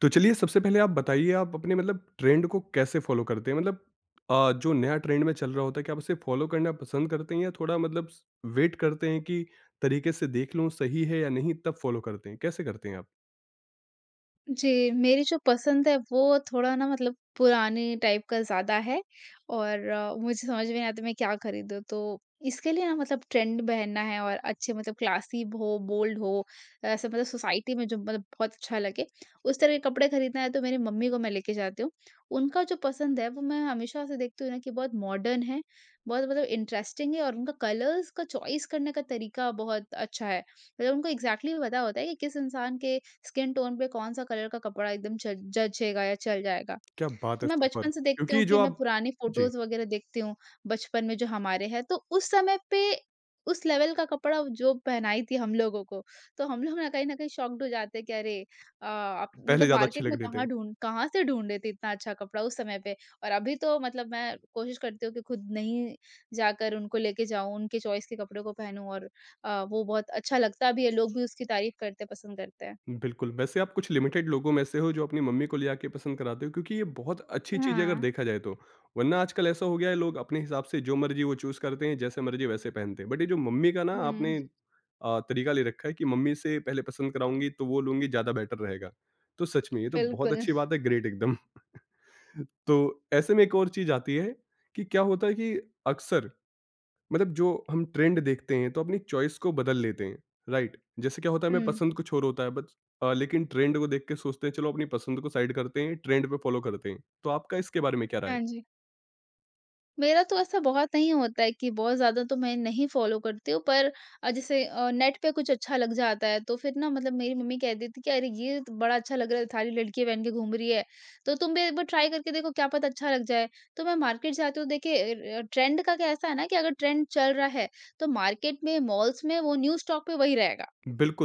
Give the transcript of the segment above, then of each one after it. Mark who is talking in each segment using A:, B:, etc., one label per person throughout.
A: तो चलिए सबसे पहले आप बताइए आप अपने मतलब ट्रेंड को कैसे फॉलो करते हैं? मतलब जो नया ट्रेंड में चल रहा होता है क्या आप उसे फॉलो करना पसंद करते हैं या थोड़ा मतलब स वेट करते हैं कि तरीके से देख लूँ सही है या नहीं तब फॉलो करते हैं? कैसे करते हैं आप?
B: जी, मेरी जो पसंद है वो थोड़ा ना मतलब पुराने टाइप का ज़्यादा है और मुझे समझ में नहीं आता मैं क्या खरीदूँ? तो इसके लिए ना मतलब ट्रेंड पहनना है और अच्छे मतलब क्लासी हो, बोल्ड हो, ऐसे मतलब सोसाइटी में जो मतलब बहुत अच्छा लगे, उस तरह के कपड़े खरीदना है तो मेरी मम्मी को मैं लेके जाती हूँ। उनका जो पसंद है वो मैं हमेशा से देखती हूँ ना कि बहुत मॉडर्न है, बहुत मतलब इंटरेस्टिंग है और उनका कलर्स का चॉइस करने का तरीका बहुत अच्छा है। मतलब उनको एग्ज़ैक्टली पता होता है कि किस इंसान के स्किन टोन पे कौन-सा कलर का कपड़ा एकदम च जचेगा या चल जाएगा।
A: क्या बात
B: तो
A: है,
B: मैं
A: सुपर!
B: बचपन से देखती हूँ
A: क्योंकि
B: कि
A: जो
B: मैं
A: आप,
B: पुरानी
A: जी,
B: फ़ोटोज़ वग़ैरह देखती हूँ, बचपन में जो हमारे हैं, तो उस समय पे उस लेवल का कपड़ा जो पहनाई थी हम लोगों को, तो हम लोग ना कहीं न कहीं शॉक्ड हो जाते हैं कि अरे! आप
A: पहले
B: मतलब
A: ज़्यादा
B: मार्केट
A: अच्छे
B: में
A: लग रहे थे।
B: कहाँ से ढूँढ रहे थे इतना अच्छा कपड़ा उस समय पे। और अभी तो मतलब मैं कोशिश करती हूँ कि खुद नहीं जाकर उनको लेके जाऊँ, उनके चॉइस के कपड़ों को पहनूँ और वो बहुत अच्छा लगता भी है, लोग भी उसकी तारीफ़ करते पसंद करते हैं।
A: बिल्कुल, वैसे आप कुछ लिमिटेड लोगों में से हो जो अपनी मम्मी को ले आके पसंद कराते हो क्योंकि ये बहुत अच्छी चीज़ है अगर
B: हाँ।
A: देखा जाए तो। वरना आजकल ऐसा हो गया है लोग अपने हिसाब से जो मर्ज़ी वो चूज़ करते हैं, जैसे मर्ज़ी वैसे पहनते हैं। बट ये जो मम्मी का ना आपने
B: हुँ।
A: तरीका ले रखा है कि मम्मी से पहले पसंद कराऊँगी तो वो लूँगी ज़्यादा बेटर रहेगा। तो सच में ये तो बहुत
B: बिल्कुल।
A: अच्छी बात है, ग्रेट एकदम। तो ऐसे में एक और चीज़ आती है कि क्या होता है कि अक्सर मतलब जो हम ट्रेंड देखते हैं तो अपनी चॉइस को बदल लेते हैं, राइट? जैसे क्या होता है, हमें
B: हुँ।
A: पसंद कुछ और होता है बस, लेकिन ट्रेंड को देख के सोचते हैं चलो अपनी पसंद को साइड करते हैं ट्रेंड पे फॉलो करते हैं। तो आपका इसके बारे में क्या राय है?
B: हाँ जी। मेरा तो ऐसा बहुत नहीं होता है कि बहुत ज़्यादा तो मैं नहीं फ़ॉलो करती हूँ, पर जैसे नेट पे कुछ अच्छा लग जाता है, तो फिर ना मतलब मेरी मम्मी कह देती कि अरे! ये तो बड़ा अच्छा लग रहा है, सारी लड़कियाँ पहन के घूम रही है, तो तुम भी एक बार ट्राई करके देखो, क्या पता अच्छा लग जाए। तो मैं मार्केट जाती हूँ, देखिए ट्रेंड का कैसा है ना कि अगर ट्रेंड चल रहा है, तो मार्केट में, मॉल्स में वो न्यू स्टॉक पे वही रहेगा।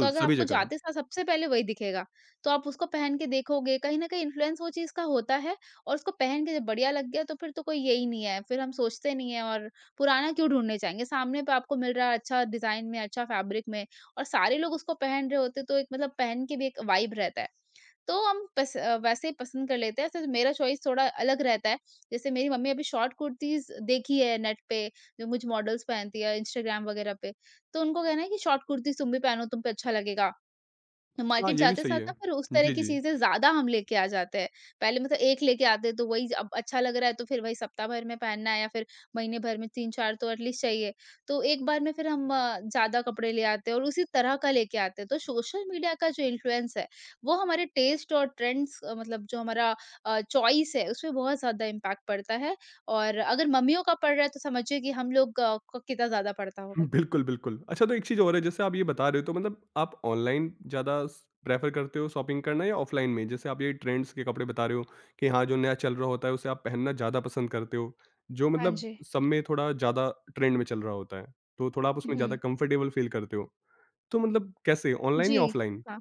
B: तो अगर
A: सभी
B: आपको
A: जगह।
B: जाते साल सबसे पहले वही दिखेगा, तो आप उसको पहन के देखोगे, कहीं न कहीं इन्फ्लुएंस वो चीज़ का होता है और उसको पहन के जब बढ़िया लग गया तो फिर तो कोई यही नहीं है, फिर हम सोचते नहीं है और पुराना क्यों ढूँढने जाएँगे, सामने पे आपको मिल रहा है अच्छा डिज़ाइन में, अच्छा फैब्रिक में और सारे लोग उसको पहन रहे होते हैं, तो एक मतलब पहन के भी एक वाइब रहता है। तो हम वैसे ही पसंद कर लेते हैं, ऐसे मेरा चॉइस थोड़ा अलग रहता है, जैसे मेरी मम्मी अभी शॉर्ट कुर्तीज़ देखी है नेट पे, जो कुछ मॉडल्स पहनती है, इंस्टाग्राम वगैरह पे, तो उनको कहना है कि शॉर्ट कुर्ती तुम भी पहनो, तुम पे अच्छा लगेगा।
A: हाँ,
B: मार्केट
A: ये भी
B: जाते
A: सही
B: साथ ना
A: है।
B: फिर उस तरह
A: जी,
B: की
A: जी।
B: चीज़ें ज़्यादा हम लेके आ जाते हैं। पहले मतलब एक लेके आते हैं तो वही अब अच्छा लग रहा है तो फिर वही सप्ताह भर में पहनना है या फिर महीने भर में 3-4 तो एटलीस्ट चाहिए। तो एक बार में फिर हम ज़्यादा कपड़े ले आते हैं और उसी तरह का लेके आते हैं। तो सोशल मीडिया का जो इन्फ्लुएंस है, वो हमारे टेस्ट और ट्रेंड्स मतलब जो हमारा चॉइस है उसपे बहुत ज़्यादा इम्पैक्ट पड़ता है और अगर मम्मियों का पड़ रहा है तो समझिए कि हम लोग को कितना ज़्यादा पड़ता होगा।
A: बिल्कुल, बिल्कुल। अच्छा, तो एक चीज़ और है, जैसे आप ये बता रहे हो तो मतलब आप ऑनलाइन ज़्यादा स प्रेफ़र करते हो शॉपिंग करना या ऑफ़लाइन में? जैसे आप ये ट्रेंड्स के कपड़े बता रहे हो कि हाँ, जो नया चल रहा होता है उसे आप पहनना ज़्यादा पसंद करते हो, जो
B: हाँ
A: मतलब
B: जी।
A: सब में थोड़ा ज़्यादा ट्रेंड में चल रहा होता है, तो थोड़ा आप उसमें ज़्यादा
B: हुँ।
A: कंफ़र्टेबल फ़ील करते हो। तो मतलब कैसे, ऑनलाइन
B: जी।
A: या ऑफ़लाइन?
B: हाँ।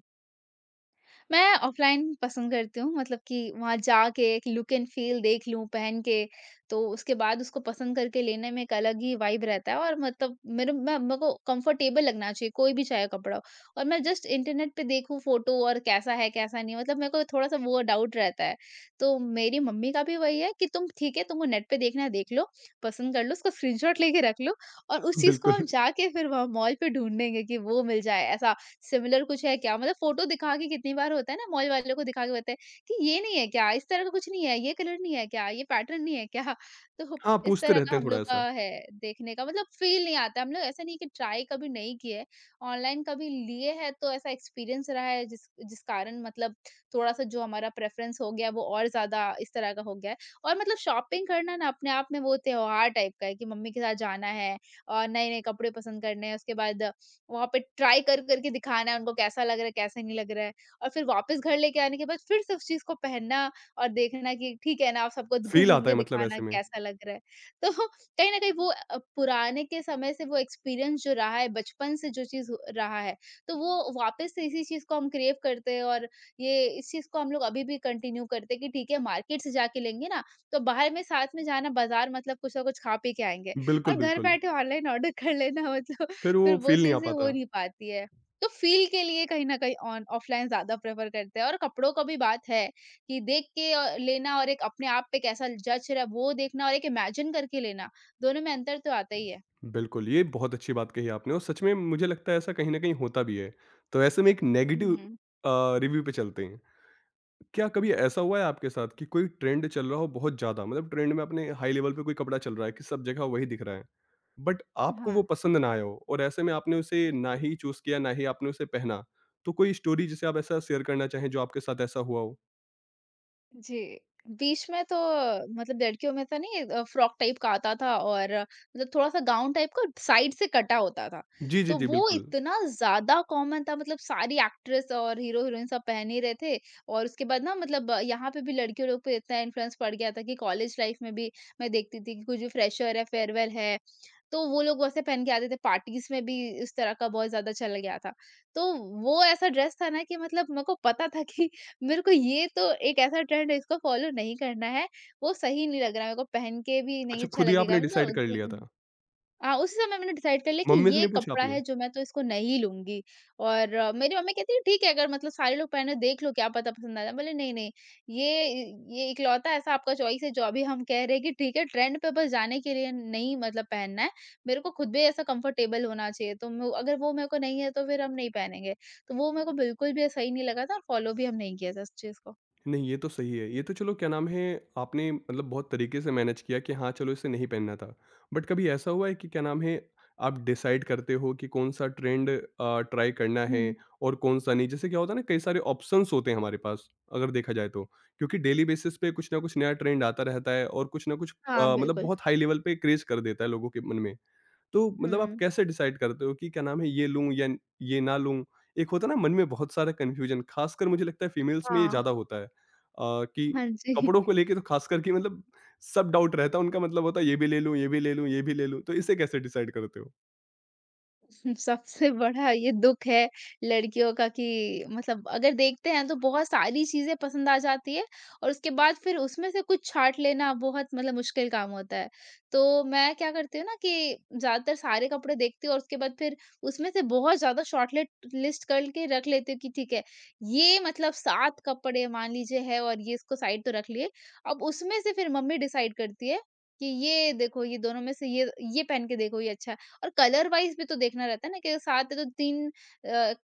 B: मैं ऑफ़लाइन पसंद करती हूँ मतलब कि वहाँ जाके एक लुक एंड फ़ील देख लूँ पहन के, तो उसके बाद उसको पसंद करके लेने में एक अलग ही वाइब रहता है और मतलब मेरे को कंफ़र्टेबल लगना चाहिए, कोई भी चाहे कपड़ा हो। और मैं जस्ट इंटरनेट पे देखूँ फ़ोटो और कैसा है, कैसा नहीं है, मतलब मेरे को थोड़ा-सा वो डाउट रहता है। तो मेरी मम्मी का भी वही है कि तुम ठीक है, तुमको नेट पे देखना है देख लो, पसंद कर लो, उसका स्क्रीनशॉट लेके रख लो और उस चीज़ को
A: बिल्कुल।
B: हम जाके फिर वहाँ मॉल पे ढूँढेंगे कि वो मिल जाए, ऐसा सिमिलर कुछ है क्या? मतलब फ़ोटो दिखा के कितनी बार होता है ना मॉल वालों को दिखा के बताएँ कि ये नहीं है क्या? इस तरह का कुछ नहीं है, ये कलर नहीं है क्या? ये पैटर्न नहीं है क्या? तो
A: हाँ,
B: इस
A: पूछते
B: तरह का
A: रहते हैं
B: हम
A: थोड़ा
B: लोग का
A: ऐसा।
B: है, देखने का मतलब फ़ील नहीं आता है। हम लोग ऐसा नहीं कि ट्राई कभी नहीं किए है। ऑनलाइन कभी लिए हैं तो ऐसा एक्सपीरियंस रहा है जिस जिस कारण मतलब थोड़ा-सा जो हमारा प्रेफ़रेंस हो गया है वो और ज़्यादा इस तरह का हो गया है। और मतलब शॉपिंग करना ना अपने आप में वो त्योहार टाइप का है कि मम्मी के साथ जाना है और नए-नए कपड़े पसंद करने हैं। उसके बाद वहाँ पे ट्राई कर कर के दिखाना है उनको कैसा लग रहा है, कैसा नहीं लग रहा है और फिर वापस घर लेके आने के बाद फिर से उस चीज़ को पहनना और देखना कि ठीक है ना, आप सबको
A: फ़ील
B: घूम-घूम
A: आता
B: के
A: है मतलब
B: दिखाना
A: ऐसे
B: कि
A: में।
B: कैसा लग रहा है। तो कहीं न कहीं वो पुराने के समय से वो एक्सपीरियंस जो रहा है, बचपन से जो चीज़ हो रहा है, तो वो वापस से इसी चीज़ को हम क्रेव करते हैं और ये इस चीज़ को हम लोग अभी भी कंटिन्यू करते हैं कि ठीक है, मार्केट से जाके लेंगे ना, तो बाहर में साथ में जाना बाज़ार मतलब कुछ ना कुछ खा पी के आएँगे और
A: बिल्कुल,
B: घर
A: बिल्कुल।
B: बैठे ऑनलाइन ऑर्डर कर लेना मतलब
A: फिर
B: फिर
A: वो
B: वो
A: फ़ील नहीं आ
B: चीज़ें हो
A: पाता।
B: नहीं पाती है। तो फ़ील के लिए कहीं न कहीं ऑन ऑफ़लाइन ज़्यादा प्रेफ़र करते हैं और कपड़ों का भी बात है कि देख के लेना और एक अपने आप पे कैसा जच रहा है वो देखना और एक इमेजिन करके लेना, दोनों में अंतर तो आता ही है।
A: बिल्कुल, ये बहुत अच्छी बात कही आपने और सच में मुझे लगता है ऐसा कहीं न कहीं होता भी है। तो ऐसे में एक नेगेटिव
B: हुँ।
A: रिव्यू पे चलते हैं। क्या कभी ऐसा हुआ है आपके साथ कि कोई ट्रेंड चल रहा हो बहुत ज़्यादा, मतलब ट्रेंड में अपने हाई लेवल पे कोई कपड़ा चल रहा है कि सब जगह वही दिख रहा है। बट आपको
B: हाँ।
A: वो पसंद ना आया हो और ऐसे में आपने उसे ना ही चूज़ किया, ना ही आपने उसे पहना। तो कोई स्टोरी जिसे आप ऐसा शेयर करना चाहें जो आपके साथ ऐसा हुआ हो?
B: जी। बीच में तो मतलब लड़कियों में ऐसा नहीं फ्रॉक टाइप का आता था और मतलब थोड़ा-सा गाउन टाइप का साइड से कटा होता था।
A: जी, जी,
B: तो
A: जी,
B: वो
A: बिल्कुल।
B: इतना ज़्यादा कॉमन था मतलब सारी एक्ट्रेस और हीरो-हीरोइन सब पहन ही रहे थे और उसके बाद ना मतलब यहाँ पे भी लड़कियों लोग पे इतना इन्फ्लुएंस पड़ गया था कि कॉलेज लाइफ में भी मैं देखती थी कि कुछ भी फ्रेशर है, फेयरवेल है, तो वो लोग वैसे पहन के आते थे। पार्टीज़ में भी इस तरह का बहुत ज़्यादा चला गया था। तो वो ऐसा ड्रेस था ना कि मतलब मेरे को पता था कि मेरे को ये तो एक ऐसा ट्रेंड है इसको फॉलो नहीं करना है, वो सही नहीं लग रहा है, मेरे को पहन के भी नहीं
A: अच्छा,
B: अच्छा
A: खुद ही
B: लगेगा
A: आपने डिसाइड कर लिया
B: मतलब
A: था।
B: उसी समय मैंने डिसाइड कर लिया कि
A: मम्मी से
B: ये
A: नहीं पूछा
B: कपड़ा है
A: आपने?
B: जो मैं तो इसको नहीं लूँगी और मेरी मम्मी कहती है ठीक है अगर मतलब सारे लोग पहने देख लो क्या पता पसंद आ जाए। बोले नहीं-नहीं, ये ये इकलौता ऐसा आपका चॉइस है जो अभी हम कह रहे हैं कि ठीक है ट्रेंड पे बस जाने के लिए नहीं मतलब पहनना है। मेरे को खुद भी ऐसा कंफर्टेबल होना चाहिए तो म अगर वो मेरे को नहीं है तो फिर हम नहीं पहनेंगे। तो वो मेरे को बिल्कुल भी सही नहीं लगा था और फॉलो भी हम नहीं किया था उस चीज़ को।
A: नहीं, ये तो सही है। ये तो चलो क्या नाम है, आपने मतलब बहुत तरीके से मैनेज किया कि हाँ, चलो इसे नहीं पहनना था। बट कभी ऐसा हुआ है कि क्या नाम है, आप डिसाइड करते हो कि कौन-सा ट्रेंड ट्राई करना है
B: हुँ।
A: और कौन-सा नहीं? जैसे क्या होता है ना, कई सारे ऑप्शंस होते हैं हमारे पास अगर देखा जाए तो। क्योंकि डेली बेसिस पे कुछ ना कुछ नया ट्रेंड आता रहता है और कुछ ना कुछ
B: हाँ,
A: मतलब
B: बिल्कुल।
A: बहुत हाई लेवल पे क्रेज़ कर देता है लोगों के मन में। तो मतलब आप
B: हुँ।
A: कैसे डिसाइड करते हो कि क्या नाम है, ये लूँ या ये ना लूँ? एक होता है ना मन में बहुत सारा कन्फ्यूजन, ख़ासकर मुझे लगता है फीमेल्स में ये
B: हाँ।
A: ज़्यादा होता है, कि
B: हाँ जी।
A: कपड़ों को लेके तो ख़ासकर कि मतलब सब डाउट रहता है उनका, मतलब होता है ये भी ले लूँ, ये भी ले लूँ, ये भी ले लूँ, तो इसे कैसे डिसाइड करते हो?
B: सबसे बड़ा ये दुख है लड़कियों का कि मतलब अगर देखते हैं तो बहुत सारी चीज़ें पसंद आ जाती है और उसके बाद फिर उसमें से कुछ छाँट लेना बहुत मतलब मुश्किल काम होता है। तो मैं क्या करती हूँ ना कि ज़्यादातर सारे कपड़े देखती हूँ और उसके बाद फिर उसमें से बहुत ज़्यादा शॉर्टलिट लिस्ट करके रख लेती हूँ कि ठीक है, ये मतलब 7 कपड़े मान लीजिए है और ये इसको साइड तो रख लिए। अब उसमें से फिर मम्मी डिसाइड करती है कि ये देखो, ये दोनों में से ये पहन के देखो ये अच्छा है। और कलर वाइज़ भी तो देखना रहता है ना कि साथ है तो 3 अ,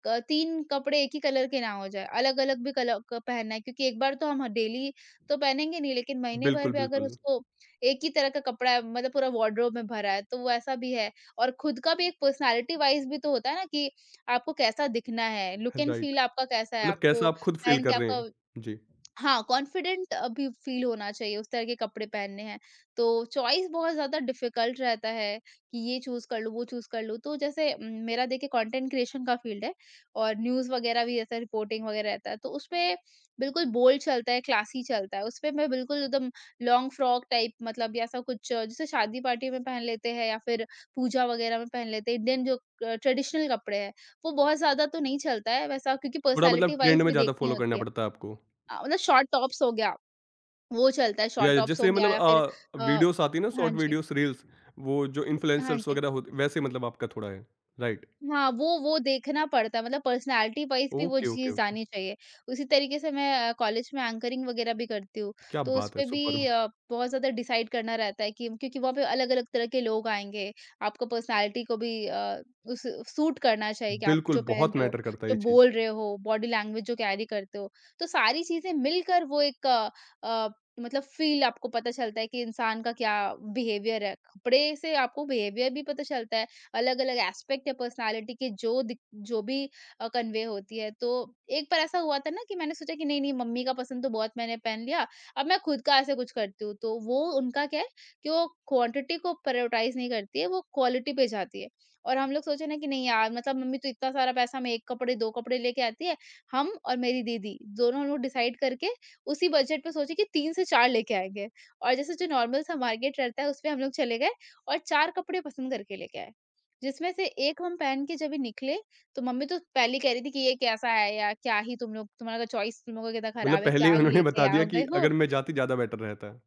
B: क 3 कपड़े एक ही कलर के ना हो जाए, अलग-अलग भी कलर क पहनना है क्योंकि एक बार तो हम डेली तो पहनेंगे नहीं, लेकिन महीने भर
A: बिल्कुल,
B: में अगर
A: बिल्कुल।
B: उसको एक ही तरह का कपड़ा है, मतलब पूरा वार्डरोब में भरा है, तो वो ऐसा भी है। और खुद का भी एक पर्सनैलिटी वाइज़ भी तो होता है ना कि आपको कैसा दिखना है, लुक एंड
A: राइट,
B: फील आपका कैसा है,
A: मतलब
B: आपको
A: कैसा आप खुद फ़ील
B: पहन के
A: कर रहे
B: आपका,
A: हैं? जी।
B: हाँ, कॉन्फिडेंट अभी फील होना चाहिए, उस तरह के कपड़े पहनने हैं। तो चॉइस बहुत ज़्यादा डिफ़िकल्ट रहता है कि ये चूज़ कर लूँ, वो चूज़ कर लूँ। तो जैसे मेरा देखिए कंटेंट क्रिएशन का फील्ड है और न्यूज़ वग़ैरह भी ऐसा रिपोर्टिंग वग़ैरह रहता है। तो उसमें बिल्कुल बोल्ड चलता है, क्लासी चलता है। उसपे मैं बिल्कुल एकदम लॉन्ग फ्रॉक टाइप मतलब या ऐसा कुछ जैसे शादी पार्टी में पहन लेते हैं या फिर पूजा वग़ैरह में पहन लेते हैं। इंडियन जो ट्रेडिशनल कपड़े हैं, वो बहुत ज़्यादा तो नहीं चलता है वैसा, क्योंकि
A: थोड़ा
B: पर्सनैलिटी
A: मतलब ट्रेंड
B: वाइज़
A: में
B: भी
A: ज़्यादा
B: देखनी
A: फ़ॉलो
B: होती
A: करना
B: है।
A: पड़ता है आपको?
B: मतलब शॉर्ट टॉप्स हो गया, वो चलता है, शॉर्ट
A: या
B: टॉप्स हो
A: जैसे
B: गया
A: मतलब
B: या फिर अ,
A: वीडियोस आती है ना,
B: हाँ
A: शॉर्ट
B: जी,
A: वीडियोस, रील्स, वो जो
B: हाँ
A: इन्फ्लुएंसर्स
B: जी।
A: वगैरह होते वैसे मतलब आपका थोड़ा है? राइट।
B: हाँ, वो देखना पड़ता है मतलब पर्सनैलिटी वाइज़ भी वो
A: ओके, ओके,
B: चीज़
A: ओके।
B: आनी चाहिए। उसी तरीके से मैं कॉलेज में एंकरिंग वगैरह भी करती हूँ,
A: क्या
B: तो
A: बात है!
B: उसपे भी
A: सुपर्ब!
B: बहुत ज़्यादा डिसाइड करना रहता है कि क्योंकि वहाँ पे अलग-अलग तरह के लोग आएँगे, आपको पर्सनैलिटी को भी उस सूट करना चाहिए कि आप
A: बिल्कुल,
B: जो पहन
A: बहुत
B: रहे हो,
A: मैटर करता है
B: जो
A: ये चीज़।
B: बोल रहे हो, बॉडी लैंग्वेज जो कैरी करते हो, तो सारी चीज़ें मिलकर वो एक अ, मतलब फ़ील आपको पता चलता है कि इंसान का क्या बिहेवियर है। कपड़े से आपको बिहेवियर भी पता चलता है, अलग-अलग एस्पेक्ट है पर्सनालिटी के जो दिख जो भी कन्वे होती है। तो एक बार ऐसा हुआ था ना कि मैंने सोचा कि नहीं, नहीं मम्मी का पसंद तो बहुत मैंने पहन लिया, अब मैं खुद का ऐसे कुछ करती हूँ। तो वो उनका क्या है कि वो क्वांटिटी को प्रायोरिटाइज़ नहीं करती है, वो क्वालिटी पे जाती है। और हम लोग सोचे ना कि नहीं यार मतलब मम्मी तो इतना सारा पैसा में 1 कपड़े, 2 कपड़े लेके आती है, हम और मेरी दीदी दोनों हम लोग डिसाइड करके उसी बजट पे सोचे कि 3 से 4 लेके आएँगे। और जैसे जो नॉर्मल सा मार्केट रहता है उसमें हम लोग चले गए और 4 कपड़े पसंद करके लेके आए। जिसमें से एक हम पहन के जब ये निकले, तो मम्मी तो पहले ही कह रही थी कि ये कैसा है यार? क्या ही तुम लोग, तुम्हारा तो चॉइस, तुम लोगों का कितना
A: मतलब
B: खराब है,
A: पहले
B: क्या
A: ही उन्होंने
B: लेके
A: बता
B: आ
A: दिया
B: गए
A: कि
B: हो?
A: अगर मैं जाती ज़्यादा बेटर रहता है।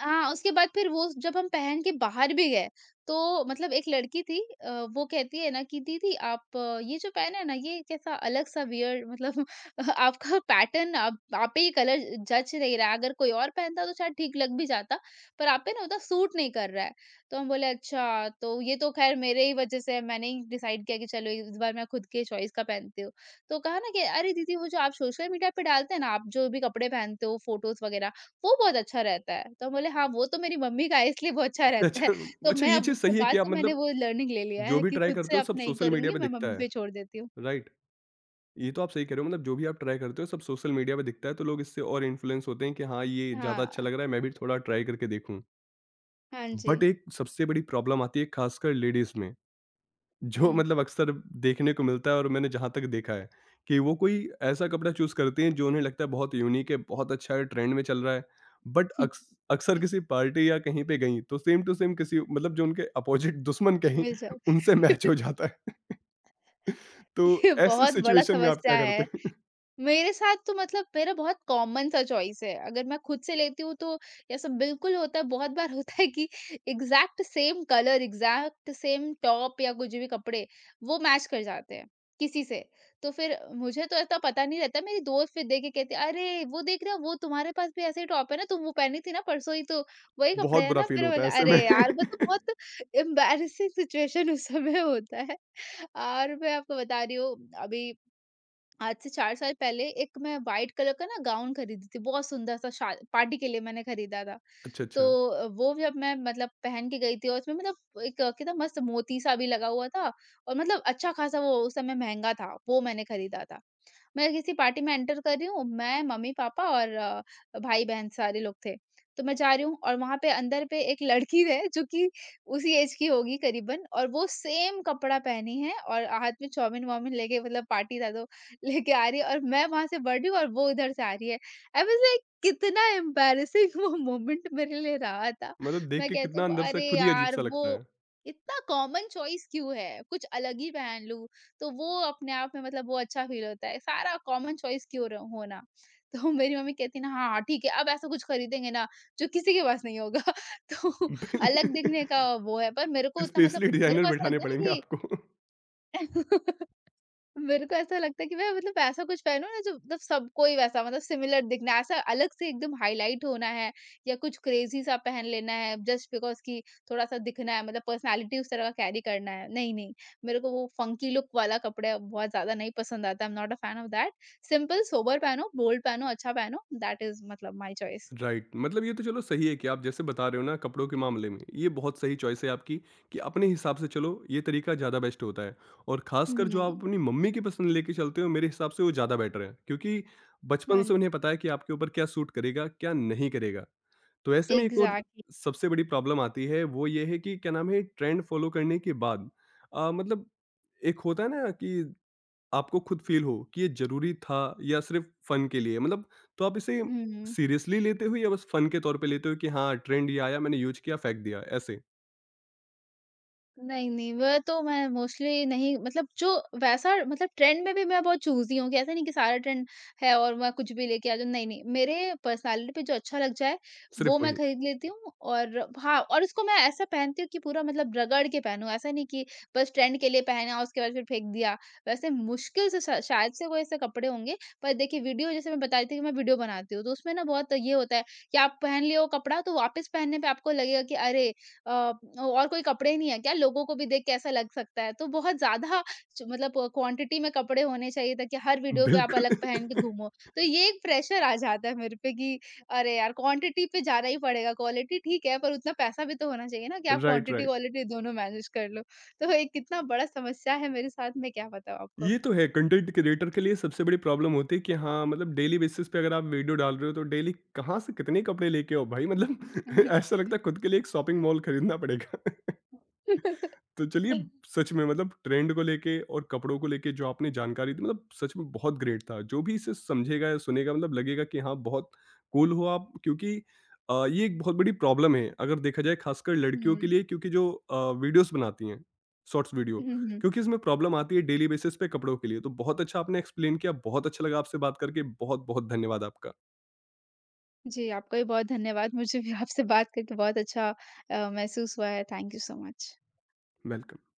B: हाँ, उसके बाद फिर वो जब हम पहन के बाहर भी गए, तो मतलब एक लड़की थी वो कहती है ना कि दीदी आप ये जो पहने हैं ना, ये कैसा अलग-सा वियर्ड मतलब आपका पैटर्न, आप पे ये कलर जच नहीं रहा है। अगर कोई और पहनता तो शायद ठीक लग भी जाता, पर आप पे ना उतना सूट नहीं कर रहा है। तो हम बोले अच्छा, तो ये तो खैर मेरे ही वजह से है, मैंने ही डिसाइड किया कि चलो इस बार मैं खुद के चॉइस का पहनती हूँ। तो कहा ना कि अरे दीदी वो जो आप सोशल मीडिया पे डालते हैं ना, आप जो भी कपड़े पहनते हो, फोटोज़ वगैरह, वो बहुत अच्छा रहता है। तो हम बोले हाँ, वो तो मेरी मम्मी का है इसलिए वो अच्छा
A: अच्छा,
B: रहता है।
A: अच्छा,
B: तो
A: अच्छा,
B: मैं
A: ये
B: अब
A: चीज़
B: उसके
A: सही है कि
B: बाद
A: आप
B: से मैंने
A: मतलब
B: वो लर्निंग ले लिया
A: जो
B: है
A: भी
B: कि
A: ट्राई
B: खुद से
A: करते हो
B: अब
A: सब
B: नहीं
A: सोशल मीडिया
B: करूँगी,
A: पे
B: मैं
A: दिखता
B: मम्मी
A: है,
B: पे छोड़ देती हूँ।
A: राइट? ये तो आप सही कह रहे हो, मतलब जो भी आप ट्राई करते हो सब सोशल मीडिया पे दिखता है तो लोग इससे और इन्फ्लुएंस होते हैं कि हाँ, ये ज़्यादा अच्छा
B: हाँ।
A: लग रहा है, मैं भी थोड़ा ट्राई करके देखूँ।
B: हाँ जी।
A: बट एक सबसे बड़ी प्रॉब्लम आती है खासकर लेडीज़ में। जो
B: हुँ।
A: मतलब अक्सर देखने को मिलता है और मैंने जहाँ तक देखा है कि वो कोई ऐसा कपड़ा चूज़ करती हैं जो उन्हें लगता है बहुत यूनीक है, बहुत अच्छा है, ट्रेंड में चल रहा है। बट अक्स अक्सर किसी पार्टी या कहीं पे गईं तो सेम टू सेम किसी, मतलब जो उनके अपोज़िट दुश्मन कहें,
B: मिल
A: उनसे
B: जाता है।
A: मैच हो जाता है। तो
B: ये
A: ऐसी
B: बहुत बड़ा
A: सिचुएशन में आप
B: समस्या
A: क्या करते
B: है।
A: हैं?
B: मेरे साथ तो मतलब मेरा बहुत कॉमन सा चॉइस है। अगर मैं खुद से लेती हूँ तो ऐसा बिल्कुल होता है, बहुत बार होता है कि exact same colour, exact same top या कुछ भी कपड़े वो मैच कर जाते हैं, किसी से। तो फिर मुझे तो इतना पता नहीं रहता, मेरी दोस्त फिर देख के कहती है, "अरे! वो देख रहे हो वो तुम्हारे पास भी ऐसे ही टॉप है ना, तुम वो पहनी थी ना परसों ही तो, वही कपड़े
A: बहुत
B: हैं
A: बुरा
B: ना?"
A: फ़ील
B: फिर
A: होता है
B: बोला
A: ऐसे
B: अरे
A: में।
B: यार! मतलब बहुत एम्बैरसिंग सिचुएशन उस समय होता है। और मैं आपको बता रही हूँ, अभी आज से 4 साल पहले एक मैं व्हाइट कलर का ना गाउन खरीदी थी, बहुत सुंदर सा शा पार्टी के लिए मैंने खरीदा था।
A: अच्छा,
B: तो
A: अच्छा।
B: वो जब मैं मतलब पहन के गई थी और उसमें मतलब एक कितना मस्त मोती सा भी लगा हुआ था और मतलब अच्छा-खासा वो उस समय महँगा था, वो मैंने खरीदा था। मैं किसी पार्टी में एंटर कर रही हूँ, मैं, मम्मी-पापा और भाई-बहन सारे लोग थे। तो मैं जा रही हूँ और वहाँ पे अंदर पे एक लड़की है जो कि उसी ऐज की होगी करीबन, और वो सेम कपड़ा पहनी है और हाथ में चाउमीन-वाउमीन लेके, मतलब पार्टी था तो लेके आ रही है, और मैं वहाँ से बढ़ रही हूँ और वो उधर से आ रही है। आई वाज़ लाइक कितना एम्बैरेसिंग वो मोमेंट मेरे लिए रहा था।
A: मतलब देख
B: मैं
A: के
B: कहती
A: कितना
B: हूँ,
A: अंदर से
B: "अरे
A: खुद ही
B: यार!
A: अजीब-सा लगता
B: वो
A: है।
B: इतना कॉमन चॉइस क्यों है? कुछ अलग ही पहन लूँ।" तो वो अपने आप में, मतलब वो अच्छा फ़ील होता है, सारा कॉमन चॉइस क्यों र होना। तो मेरी मम्मी कहती ना हाँ, ठीक है अब ऐसा कुछ खरीदेंगे ना जो किसी के पास नहीं होगा। तो अलग
A: बिल
B: दिखने का वो है, पर मेरे को उतना मतलब
A: स्पेशली
B: मेरे
A: डिज़ाइनर
B: को ऐसा
A: बिठाने
B: लगता है
A: पड़ेंगे
B: ना
A: आपको।
B: कि मेरे को ऐसा लगता है कि मैं मतलब ऐसा कुछ पहनूँ ना जो मतलब सबको ही वैसा मतलब सिमिलर दिखना है, ऐसा अलग से एकदम हाईलाइट होना है या कुछ क्रेजी सा पहन लेना है जस्ट बिकॉज कि थोड़ा सा दिखना है, मतलब पर्सनालिटी उस तरह का कैरी करना है, नहीं नहीं। मेरे को वो फंकी लुक वाला कपड़ा बहुत ज्यादा नहीं पसंद आता, I am not a fan of that. Simple sober पहनो, बोल्ड पहनो, अच्छा पहनो, दैट इज मतलब माई चॉइस।
A: राइट, मतलब ये तो चलो सही है कि आप जैसे बता रहे हो ना कपड़ों के मामले में ये बहुत सही चॉइस है आपकी कि अपने हिसाब से चलो ये तरीका ज़्यादा बेस्ट होता है, और खासकर जो आप
B: हम्म।
A: अपनी मम्मी की पसंद लेके चलते हो मेरे हिसाब से वो ज़्यादा बेटर है क्योंकि
B: हाँ
A: बचपन
B: जी।
A: से उन्हें पता है कि आपके ऊपर क्या सूट करेगा क्या नहीं करेगा। तो ऐसे में एक और
B: एग्जैक्टली।
A: सबसे बड़ी प्रॉब्लम आती है, वो ये है कि क्या नाम है, ट्रेंड फॉलो करने के बाद मतलब एक होता है ना कि आपको खुद फ़ील हो कि ये ज़रूरी था या सिर्फ़ फ़न के लिए? मतलब तो आप इसे
B: हम्म।
A: सीरियसली लेते हो या बस फ़न के तौर पे लेते हो कि हाँ, ट्रेंड ये आया, मैंने यूज़ किया, फेंक दिया, ऐसे?
B: नहीं, नहीं, वह तो मैं मोस्टली नहीं, मतलब जो वैसा मतलब ट्रेंड में भी मैं बहुत चूज़ी हूँ कि ऐसा नहीं कि सारा ट्रेंड है और मैं कुछ भी लेके आ जाऊँ, नहीं, नहीं। मेरे पर्सनैलिटी पे जो अच्छा लग जाए,
A: सिर्फ़
B: वो मैं
A: वही।
B: खरीद लेती हूँ, और हाँ, और उसको मैं ऐसा पहनती हूँ कि पूरा मतलब रगड़ के पहनूँ, ऐसा नहीं कि बस ट्रेंड के लिए पहना, और उसके बाद फिर फेंक दिया। वैसे मुश्किल से श शायद से कोई ऐसे कपड़े होंगे, पर देखिए वीडियो जैसे मैं बता रही थी कि मैं वीडियो बनाती हूँ, तो उसमें ना बहुत ये होता है कि आप पहन लिए वो कपड़ा, तो वापस पहनने पे आपको लगेगा कि अरे! अ, और कोई कपड़े नहीं है क्या? लोगों को भी देख के ऐसा लग सकता है। तो बहुत ज़्यादा च मतलब क्वांटिटी में कपड़े होने चाहिए ताकि हर वीडियो पे आप अलग पहन के
A: बिल्कुल।
B: घूमो। तो ये एक प्रेशर आ जाता है मेरे पे कि अरे यार क्वांटिटी पे जाना ही पड़ेगा। क्वालिटी ठीक है, पर उतना पैसा भी तो होना चाहिए ना कि आप
A: राइट,
B: क्वांटिटी
A: राइट।
B: क्वालिटी दोनों मैनेज कर लो। तो एक कितना बड़ा समस्या है मेरे साथ, मैं क्या बताऊँ आपको।
A: ये तो है कंटेंट क्रिएटर के लिए सबसे बड़ी प्रॉब्लम, होती है कि हाँ, मतलब डेली बेसिस पे अगर आप वीडियो डाल रहे हो तो डेली कहाँ से कितने कपड़े लेके आओ भाई, मतलब ऐसा लगता है खुद के लिए एक शॉपिंग मॉल खरीदना पड़ेगा। तो चलिए, सच में मतलब ट्रेंड को लेके और कपड़ों को लेके जो आपने जानकारी दी मतलब सच में बहुत ग्रेट था। जो भी इसे समझेगा या सुनेगा मतलब लगेगा कि हाँ बहुत कूल हो आप, क्योंकि ये एक बहुत बड़ी प्रॉब्लम है अगर देखा जाए, खासकर लड़कियों के
B: हुँ।
A: लिए क्योंकि जो वीडियोस बनाती हैं, शॉर्ट्स वीडियो,
B: हुँ, हुँ।
A: क्योंकि इसमें प्रॉब्लम आती है डेली बेसिस पे कपड़ों के लिए। तो बहुत अच्छा आपने एक्सप्लेन किया, बहुत अच्छा लगा आपसे बात करके, बहुत-बहुत धन्यवाद आपका।
B: जी, आपका भी बहुत धन्यवाद। मुझे भी आपसे बात करके बहुत अच्छा महसूस हुआ है। Thank you so much.
A: Welcome.